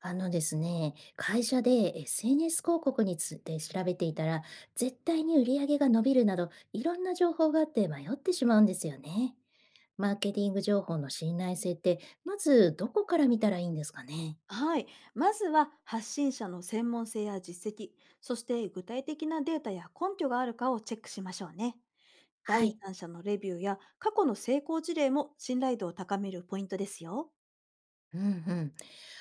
あのですね、会社で SNS 広告について調べていたら、絶対に売り上げが伸びるなど、いろんな情報があって迷ってしまうんですよね。マーケティング情報の信頼性って、まずどこから見たらいいんですかね。はい。まずは発信者の専門性や実績、そして具体的なデータや根拠があるかをチェックしましょうね。は第い。三者のレビューや過去の成功事例も信頼度を高めるポイントですよ。うんうん。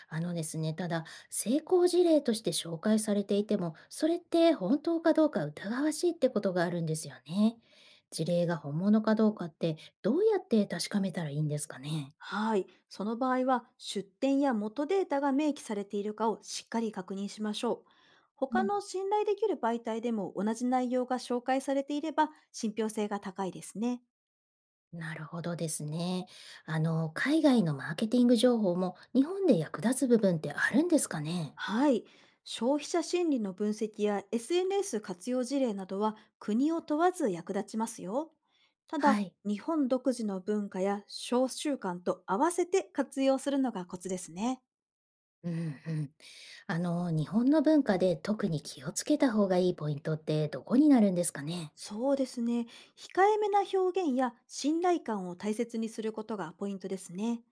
あのですね、ただ、成功事例として紹介されていても、それって本当かどうか疑わしいってことがあるんですよね。事例が本物かどうかって、どうやって確かめたらいいんですかね。はい。その場合は出典や元データが明記されているかをしっかり確認しましょう。他の信頼できる媒体でも同じ内容が紹介されていれば信憑性が高いですね。なるほどですね。あの、海外のマーケティング情報も日本で役立つ部分ってあるんですかね。はい。消費者心理の分析や SNS 活用事例などは国を問わず役立ちますよ。ただ、はい。日本独自の文化や小習慣と合わせて活用するのがコツですね。うんうん。あの、日本の文化で特に気をつけた方がいいポイントってどこになるんですかね。そうですね。控えめな表現や信頼感を大切にすることがポイントですね。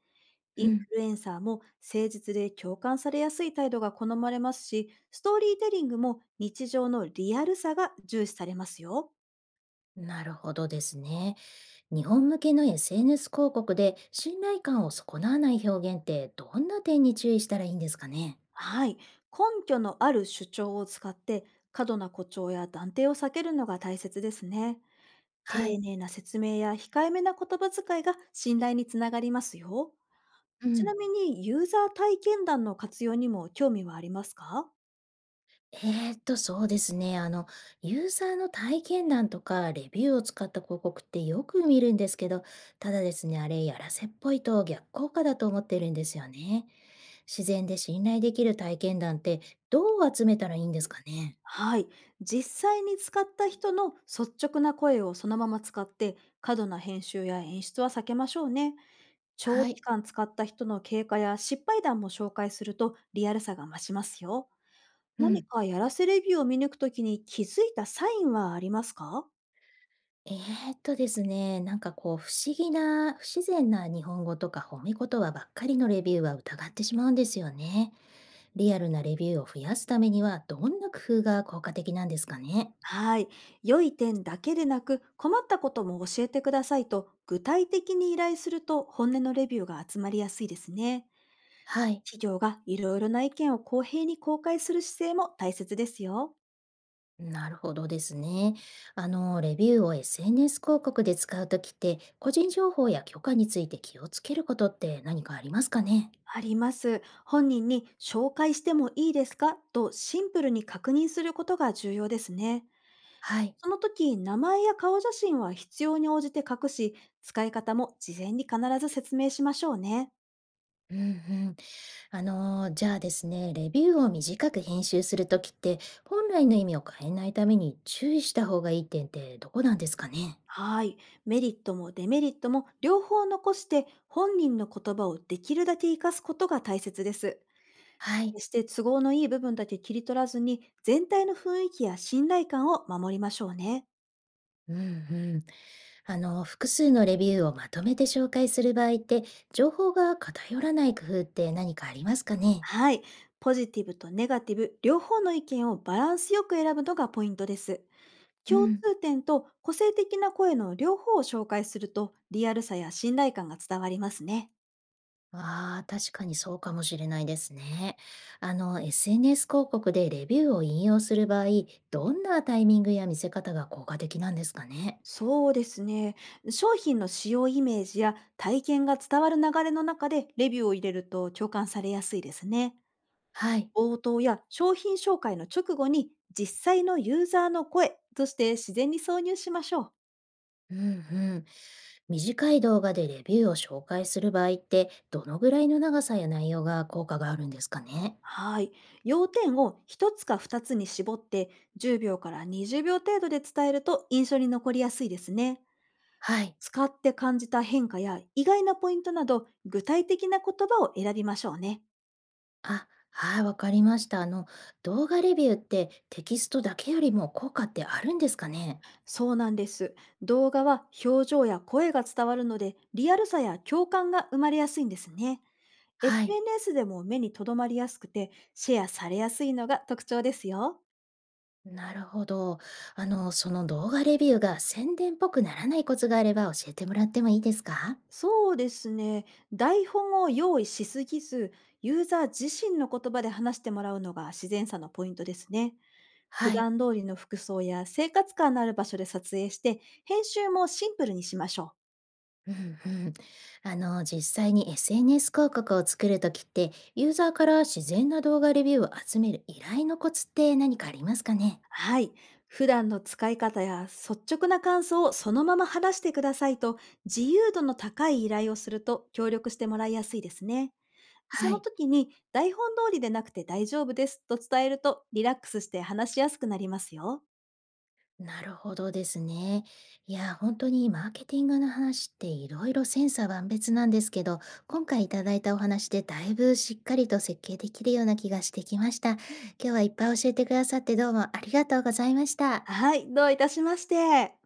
うインん、フルエンサーも誠実で共感されやすい態度が好まれますし、ストーリーテリングも日常のリアルさが重視されますよ。なるほどですね。日本向けの SNS 広告で信頼感を損なわない表現ってどんな点に注意したらいいんですかね。はい。根拠のある主張を使って、過度な誇張や断定を避けるのが大切ですね。丁はい。寧な説明や控えめな言葉遣いが信頼につながりますよ。うちなん。みに、ユーザー体験談の活用にも興味はありますか？そうですね。あの、ユーザーの体験談とかレビューを使った広告ってよく見るんですけど、ただですね、あれ、やらせっぽいと逆効果だと思ってるんですよね。自然で信頼できる体験談ってどう集めたらいいんですかね。はい。実際に使った人の率直な声をそのまま使って、過度な編集や演出は避けましょうね。長は期い。間使った人の経過や失敗談も紹介するとリアルさが増しますよ。う何ん。かやらせレビューを見抜くときに気づいたサインはありますか？えですね、なんかこう、不自然な日本語とか褒め言葉ばっかりのレビューは疑ってしまうんですよね。リアルなレビューを増やすためには、どんな工夫が効果的なんですかね。はい。良い点だけでなく、困ったことも教えてくださいと、具体的に依頼すると本音のレビューが集まりやすいですね。はい。企業がいろいろな意見を公平に公開する姿勢も大切ですよ。なるほどですね。あの、レビューを SNS 広告で使うときって、個人情報や許可について気をつけることって何かありますかね。あります。本人に紹介してもいいですかとシンプルに確認することが重要ですね。はい。その時、名前や顔写真は必要に応じて隠し、使い方も事前に必ず説明しましょうね。うんうん。あの、じゃあですね、レビューを短く編集するときって、本来の意味を変えないために注意した方がいい点ってどこなんですかね。はい。メリットもデメリットも両方残して、本人の言葉をできるだけ活かすことが大切です。はい。決して都合のいい部分だけ切り取らずに、全体の雰囲気や信頼感を守りましょうね。うんうん。あの、複数のレビューをまとめて紹介する場合って、情報が偏らない工夫って何かありますかね。はい。ポジティブとネガティブ、両方の意見をバランスよく選ぶのがポイントです。う共ん。通点と個性的な声の両方を紹介するとリアルさや信頼感が伝わりますね。ああ、確かにそうかもしれないですね。あの、SNS 広告でレビューを引用する場合、どんなタイミングや見せ方が効果的なんですかね。そうですね。商品の使用イメージや体験が伝わる流れの中でレビューを入れると共感されやすいですね。はい。冒頭や商品紹介の直後に実際のユーザーの声として自然に挿入しましょう。うんうん。短い動画でレビューを紹介する場合って、どのぐらいの長さや内容が効果があるんですかね。はい。要点を1つか2つに絞って10秒から20秒程度で伝えると印象に残りやすいですね。はい。使って感じた変化や意外なポイントなど具体的な言葉を選びましょうね。あ、はい、わかりました。あの、動画レビューってテキストだけよりも効果ってあるんですかね。そうなんです。動画は表情や声が伝わるのでリアルさや共感が生まれやすいんですね。はい。SNS でも目に留まりやすくてシェアされやすいのが特徴ですよ。なるほど。あの、その動画レビューが宣伝っぽくならないコツがあれば教えてもらってもいいですか。そうですね。台本を用意しすぎず、ユーザー自身の言葉で話してもらうのが自然さのポイントですね。普はい。段通りの服装や生活感のある場所で撮影して、編集もシンプルにしましょう。うんうん。あの、実際に SNS 広告を作るときって、ユーザーから自然な動画レビューを集める依頼のコツって何かありますかね。はい。普段の使い方や率直な感想をそのまま話してくださいと、自由度の高い依頼をすると協力してもらいやすいですね。そはのい。時に台本通りでなくて大丈夫ですと伝えるとリラックスして話しやすくなりますよ。なるほどですね。いや、本当にマーケティングの話っていろいろ千差万別なんですけど、今回いただいたお話でだいぶしっかりと設計できるような気がしてきました。今うん、日はいっぱい教えてくださってどうもありがとうございました。はい。どういたしまして。